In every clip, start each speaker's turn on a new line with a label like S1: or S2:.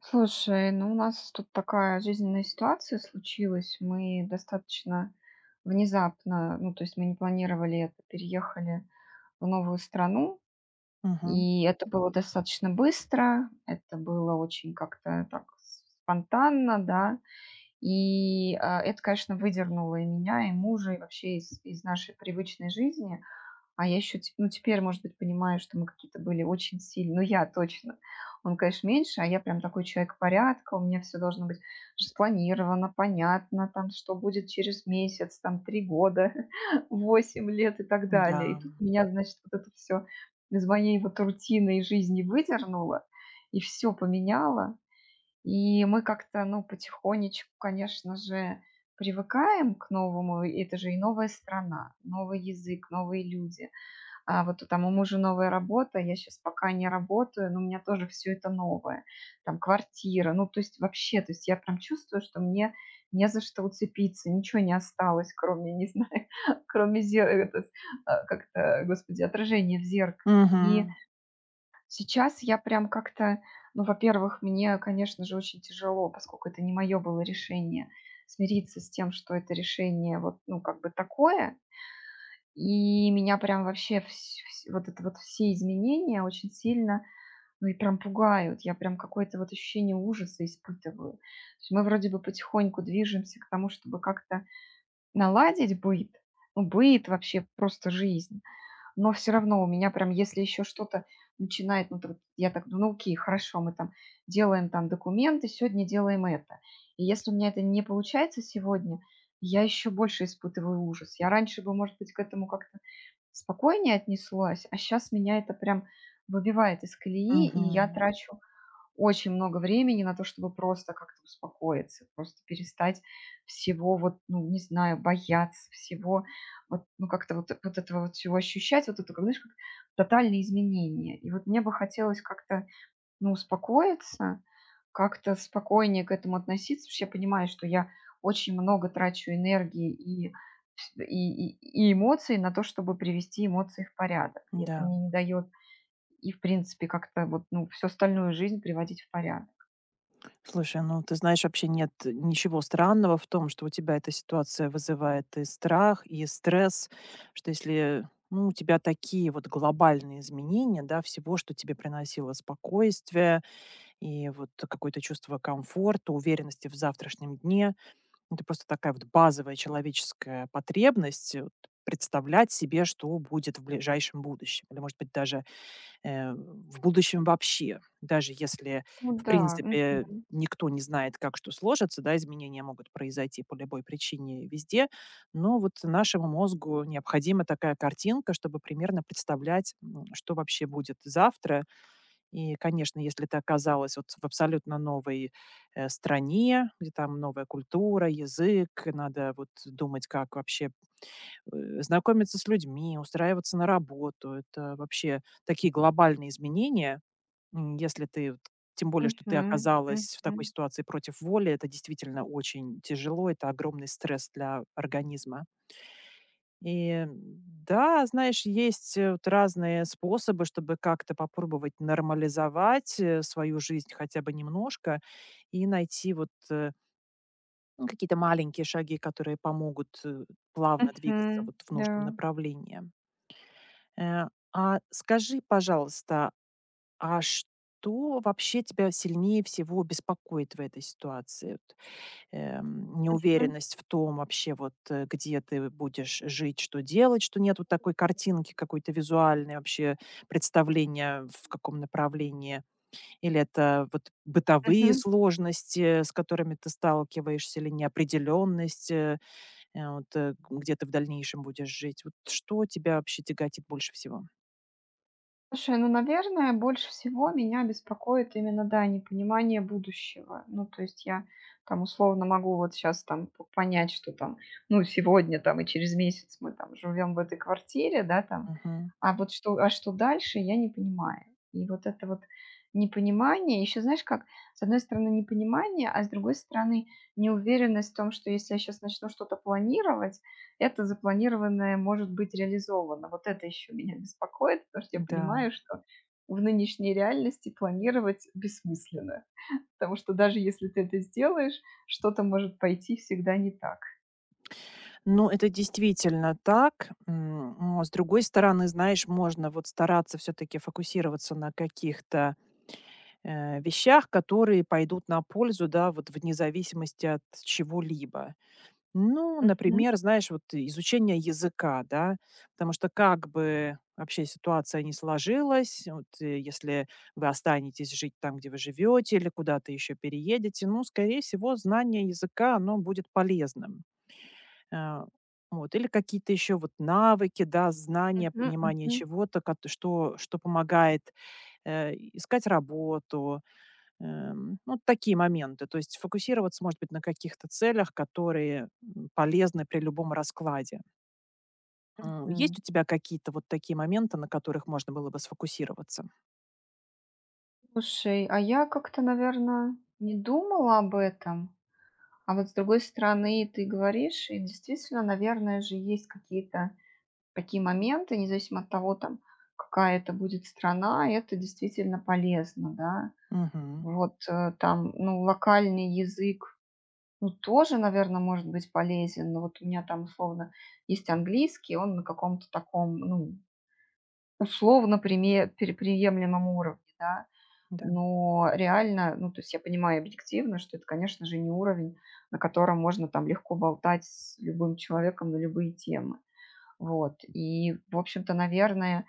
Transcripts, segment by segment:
S1: Слушай, ну у нас тут такая жизненная ситуация случилась. Мы достаточно внезапно, ну то есть мы не планировали это, переехали в новую страну.
S2: Мгм.
S1: И это было достаточно быстро, это было очень как-то так спонтанно, да. И это, конечно, выдернуло и меня, и мужа, и вообще из нашей привычной жизни. А я еще, ну, теперь, может быть, понимаю, что мы какие-то были очень сильные. Ну, я точно. Он, конечно, меньше, а я прям такой человек порядка. У меня все должно быть спланировано, понятно, там, что будет через месяц, там, 3 года, 8 лет и так далее. И
S2: Да.
S1: тут меня, значит, вот это все из моей вот рутины и жизни выдернуло, и все поменяло. И мы как-то, ну, потихонечку, конечно же, привыкаем к новому. И это же и новая страна, новый язык, новые люди. А вот там у мужа новая работа, я сейчас пока не работаю, но у меня тоже все это новое. Там квартира, ну, то есть вообще, то есть я прям чувствую, что мне не за что уцепиться, ничего не осталось, кроме, не знаю, кроме зе этот, как то господи, отражения в зеркале. И
S2: Мгм.
S1: сейчас я прям как-то, ну, во-первых, мне, конечно же, очень тяжело, поскольку это не мое было решение, смириться с тем, что это решение вот, ну, как бы такое. И меня прям вообще всь всь вот это вот все изменения очень сильно, ну, и прям пугают. Я прям какое-то вот ощущение ужаса испытываю. То есть мы вроде бы потихоньку движемся к тому, чтобы как-то наладить быт, ну, быт, вообще просто жизнь. Но все равно у меня прям, если еще что-то начинает, ну, вот я так думаю, ну, окей, хорошо, мы там делаем там документы, сегодня делаем это. И если у меня это не получается сегодня, я еще больше испытываю ужас. Я раньше бы, может быть, к этому как-то спокойнее отнеслась, а сейчас меня это прям выбивает из колеи, и я
S2: Мгм.
S1: трачу очень много времени на то, чтобы просто как-то успокоиться, просто перестать всего вот, ну, не знаю, бояться всего, вот, ну, как-то вот, вот этого вот всего ощущать, вот это, как, знаешь, как тотальные изменения. И вот мне бы хотелось как-то, ну, успокоиться, как-то спокойнее к этому относиться, потому что я понимаю, что я очень много трачу энергии и эмоций на то, чтобы привести эмоции в порядок. И это
S2: Да.
S1: мне не дает и, в принципе, как-то вот, ну, всю остальную жизнь приводить в порядок.
S2: Слушай, ну ты знаешь, вообще нет ничего странного в том, что у тебя эта ситуация вызывает и страх, и стресс, что если, ну, у тебя такие вот глобальные изменения, да, всего, что тебе приносило спокойствие и вот какое-то чувство комфорта, уверенности в завтрашнем дне. Это просто такая вот базовая человеческая потребность вот представлять себе, что будет в ближайшем будущем. Или, может быть, даже в будущем вообще. Даже если,
S1: Ну
S2: в
S1: да,
S2: принципе,
S1: мгм,
S2: никто не знает, как что сложится, да, изменения могут произойти по любой причине везде, но вот нашему мозгу необходима такая картинка, чтобы примерно представлять, что вообще будет завтра. И, конечно, если ты оказалась вот в абсолютно новой стране, где там новая культура, язык, и надо вот думать, как вообще знакомиться с людьми, устраиваться на работу. Это вообще такие глобальные изменения. Если ты, тем более, что ты
S1: мгм, мгм,
S2: оказалась в такой ситуации против воли, это действительно очень тяжело, это огромный стресс для организма. И да, знаешь, есть вот разные способы, чтобы как-то попробовать нормализовать свою жизнь хотя бы немножко и найти вот ну, какие-то маленькие шаги, которые помогут плавно двигаться
S1: мгм,
S2: вот в
S1: да,
S2: нужном направлении. Э, а скажи, пожалуйста, а что вообще тебя сильнее всего беспокоит в этой ситуации? Вот,
S1: мгм,
S2: неуверенность в том вообще, вот, где ты будешь жить, что делать, что нет вот такой картинки какой-то визуальной вообще представления, в каком направлении? Или это вот бытовые
S1: мгм.
S2: сложности, с которыми ты сталкиваешься, или неопределенность, вот, где ты в дальнейшем будешь жить? Вот что тебя вообще тяготит больше всего?
S1: Слушай, ну, наверное, больше всего меня беспокоит именно, да, непонимание будущего. Ну, то есть я там условно могу вот сейчас там понять, что там, ну, сегодня там и через месяц мы там живем в этой квартире, да, там, а что дальше, я не понимаю. И вот это вот непонимание, еще знаешь как, с одной стороны непонимание, а с другой стороны неуверенность в том, что если я сейчас начну что-то планировать, это запланированное может быть реализовано. Вот это еще меня беспокоит, потому что я
S2: Да.
S1: понимаю, что в нынешней реальности планировать бессмысленно, потому что даже если ты это сделаешь, что-то может пойти всегда не так.
S2: Ну, это действительно так. Но, с другой стороны, знаешь, можно вот стараться все-таки фокусироваться на каких-то вещах, которые пойдут на пользу, да, вот вне зависимости от чего-либо. Ну,
S1: Мгм,
S2: например, знаешь, вот изучение языка, да, потому что как бы вообще ситуация не сложилась, вот если вы останетесь жить там, где вы живете, или куда-то еще переедете, ну, скорее всего, знание языка, оно будет полезным. Э, вот. Или какие-то еще вот навыки, да, знания,
S1: мгм,
S2: понимание
S1: мгм,
S2: чего-то, кат что что помогает, искать работу. Ну, такие моменты. То есть фокусироваться, может быть, на каких-то целях, которые, полезны при любом раскладе.
S1: мгм.
S2: Есть у тебя какие-то вот такие моменты, на которых можно было бы сфокусироваться?
S1: Слушай, а я как-то, наверное, не думала об этом. А вот с другой стороны, ты говоришь, и действительно, наверное же, есть какие-то такие моменты, независимо от того, там, какая это будет страна, это действительно полезно, да.
S2: Мгм.
S1: Вот там, ну, локальный язык, ну, тоже, наверное, может быть полезен, но вот у меня там, условно, есть английский, он на каком-то таком, ну, условно приемлемом уровне, да,
S2: Да.
S1: но реально, ну, то есть я понимаю объективно, что это, конечно же, не уровень, на котором можно там легко болтать с любым человеком на любые темы. Вот. И, в общем-то, наверное,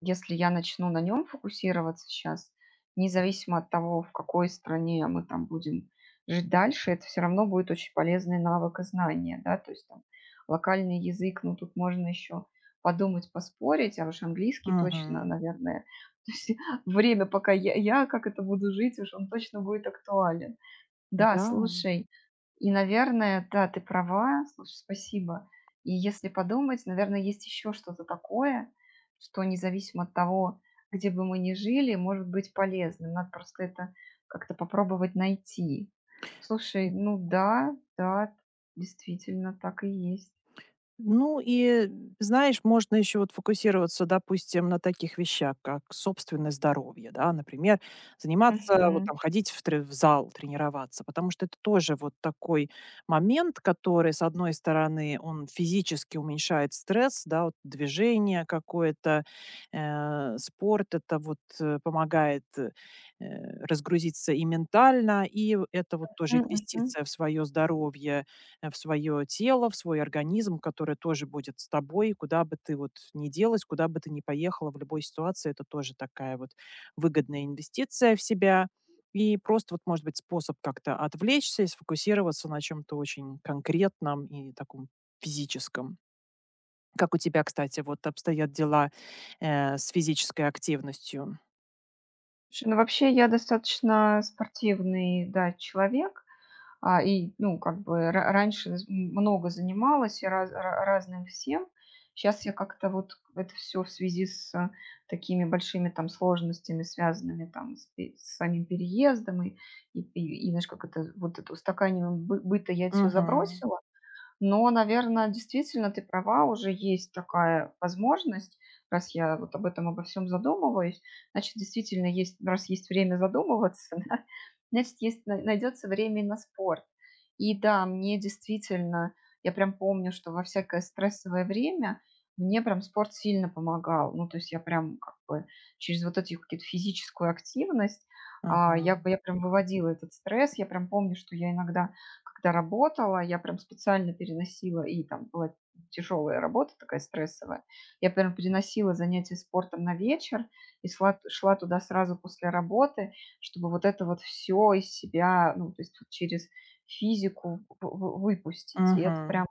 S1: если я начну на нем фокусироваться сейчас, независимо от того, в какой стране мы там будем жить дальше, это все равно будет очень полезный навык и знание, да. То есть там локальный язык, ну, тут можно еще подумать, поспорить, а уж английский точно,
S2: Мгм.
S1: наверное. То есть время, пока я как это буду жить, уж он точно будет актуален. Да,
S2: Да.
S1: слушай, и, наверное, да, ты права. Слушай, спасибо. И если подумать, наверное, есть еще что-то такое, что независимо от того, где бы мы ни жили, может быть полезным. Надо просто это как-то попробовать найти. Слушай, ну да, да, действительно, так и есть.
S2: Ну и, знаешь, можно еще вот фокусироваться, допустим, на таких вещах, как собственное здоровье, да, например, заниматься, вот
S1: Мгм.
S2: там, ходить в, в зал, тренироваться, потому что это тоже вот такой момент, который, с одной стороны, он физически уменьшает стресс, да, вот движение какое-то, спорт, это вот помогает разгрузиться и ментально, и это вот тоже
S1: Мгм, мгм.
S2: инвестиция в свое здоровье, в свое тело, в свой организм, который тоже будет с тобой, куда бы ты вот ни делась, куда бы ты ни поехала в любой ситуации. Это тоже такая вот выгодная инвестиция в себя. И просто вот, может быть, способ как-то отвлечься и сфокусироваться на чем-то очень конкретном и таком физическом. Как у тебя, кстати, вот обстоят дела с физической активностью?
S1: Слушай, ну вообще я достаточно спортивный, да, человек. А, и, ну, как бы ра раньше з м много занималась и разным всем. Сейчас я как-то вот это все в связи с такими большими там сложностями, связанными там с пе с самим переездом и, знаешь, как это, вот это устаканиванием бы быта, я все
S2: Мгм.
S1: забросила. Но, наверное, действительно, ты права, уже есть такая возможность. Раз я вот об этом обо всем задумываюсь, значит, действительно есть, раз есть время задумываться, да, значит, есть, найдется время и на спорт. И да, мне действительно, я прям помню, что во всякое стрессовое время мне прям спорт сильно помогал. Ну, то есть я прям как бы через вот эту какую-то физическую активность, я,
S2: Мгм.
S1: я прям выводила этот стресс. Я прям помню, что я иногда когда работала, я прям специально переносила, и там была тяжелая работа, такая стрессовая. Я прям переносила занятия спортом на вечер и шла туда сразу после работы, чтобы вот это вот все из себя, ну, то есть вот через физику выпустить. И это прям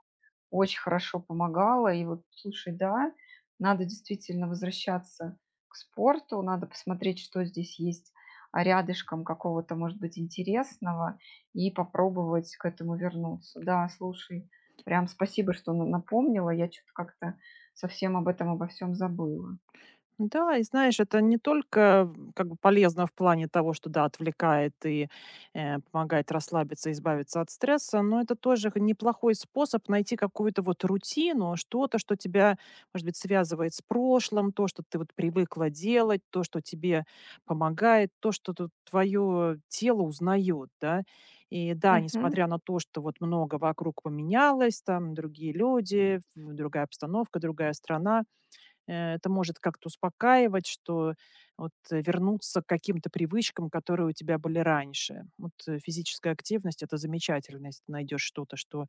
S1: очень хорошо помогала. И вот, слушай, да, надо действительно возвращаться к спорту, надо посмотреть, что здесь есть рядышком какого-то, может быть, интересного, и попробовать к этому вернуться. Да, слушай, прям спасибо, что напомнила. Я что-то как-то совсем об этом, обо всем забыла.
S2: Да, и знаешь, это не только как бы полезно в плане того, что да, отвлекает и помогает расслабиться, избавиться от стресса, но это тоже неплохой способ найти какую-то вот рутину, что-то, что тебя, может быть, связывает с прошлым, то, что ты вот привыкла делать, то, что тебе помогает, то, что твое тело узнает, да. И да,
S1: Мгм.
S2: несмотря на то, что вот много вокруг поменялось, там другие люди, другая обстановка, другая страна, это может как-то успокаивать, что вот вернуться к каким-то привычкам, которые у тебя были раньше. Вот физическая активность- это замечательно, если ты найдешь что-то, что,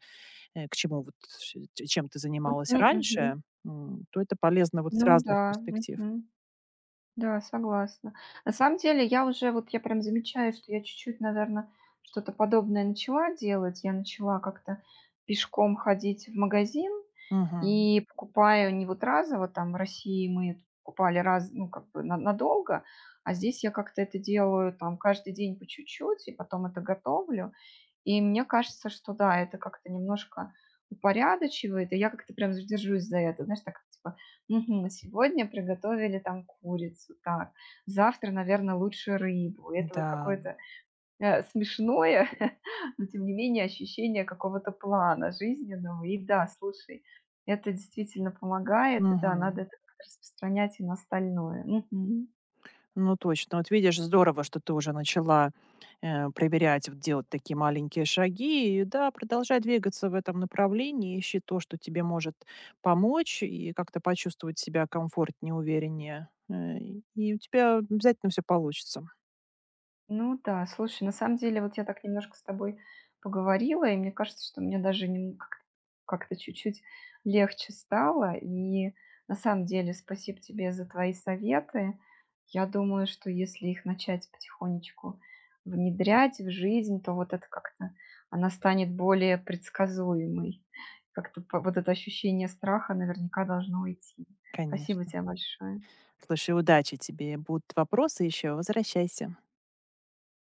S2: к чему вот э, ч чем ты
S1: Мгм.
S2: занималась раньше,
S1: Мгм.
S2: то это полезно вот с
S1: Ну
S2: разных
S1: да.
S2: перспектив.
S1: Мгм. Да, согласна. На самом деле я уже вот я прям замечаю, что я чуть-чуть, наверное, что-то подобное начала делать. Я начала как-то пешком ходить в магазин
S2: Мгм.
S1: и покупаю не вот разово, там в России мы покупали раз, ну, как бы на надолго, а здесь я как-то это делаю там каждый день по чуть-чуть и потом это готовлю. И мне кажется, что да, это как-то немножко упорядочивает, и я как-то прям задержусь за это. Знаешь, так типа Мгм. Сегодня приготовили там курицу, так. Завтра, наверное, лучше рыбу. И это вот
S2: Да.
S1: какое-то, смешное, но тем не менее ощущение какого-то плана жизненного. И да, слушай, это действительно помогает. И да, надо
S2: Мгм.
S1: это как-то распространять и на остальное. Мгм.
S2: Ну, точно. Вот видишь, здорово, что ты уже начала, проверять, вот делать такие маленькие шаги. И да, продолжай двигаться в этом направлении, ищи то, что тебе может помочь, и как-то почувствовать себя комфортнее, увереннее. И у тебя обязательно все получится,
S1: Ну да, слушай, на самом деле вот я так немножко с тобой поговорила, и мне кажется, что мне даже как-то чуть-чуть легче стало. И на самом деле спасибо тебе за твои советы. Я думаю, что если их начать потихонечку внедрять в жизнь, то вот это как-то она станет более предсказуемой. Как-то вот это ощущение страха наверняка должно уйти. Спасибо
S2: конечно.
S1: тебе большое.
S2: Слушай, удачи тебе. Будут вопросы еще, возвращайся.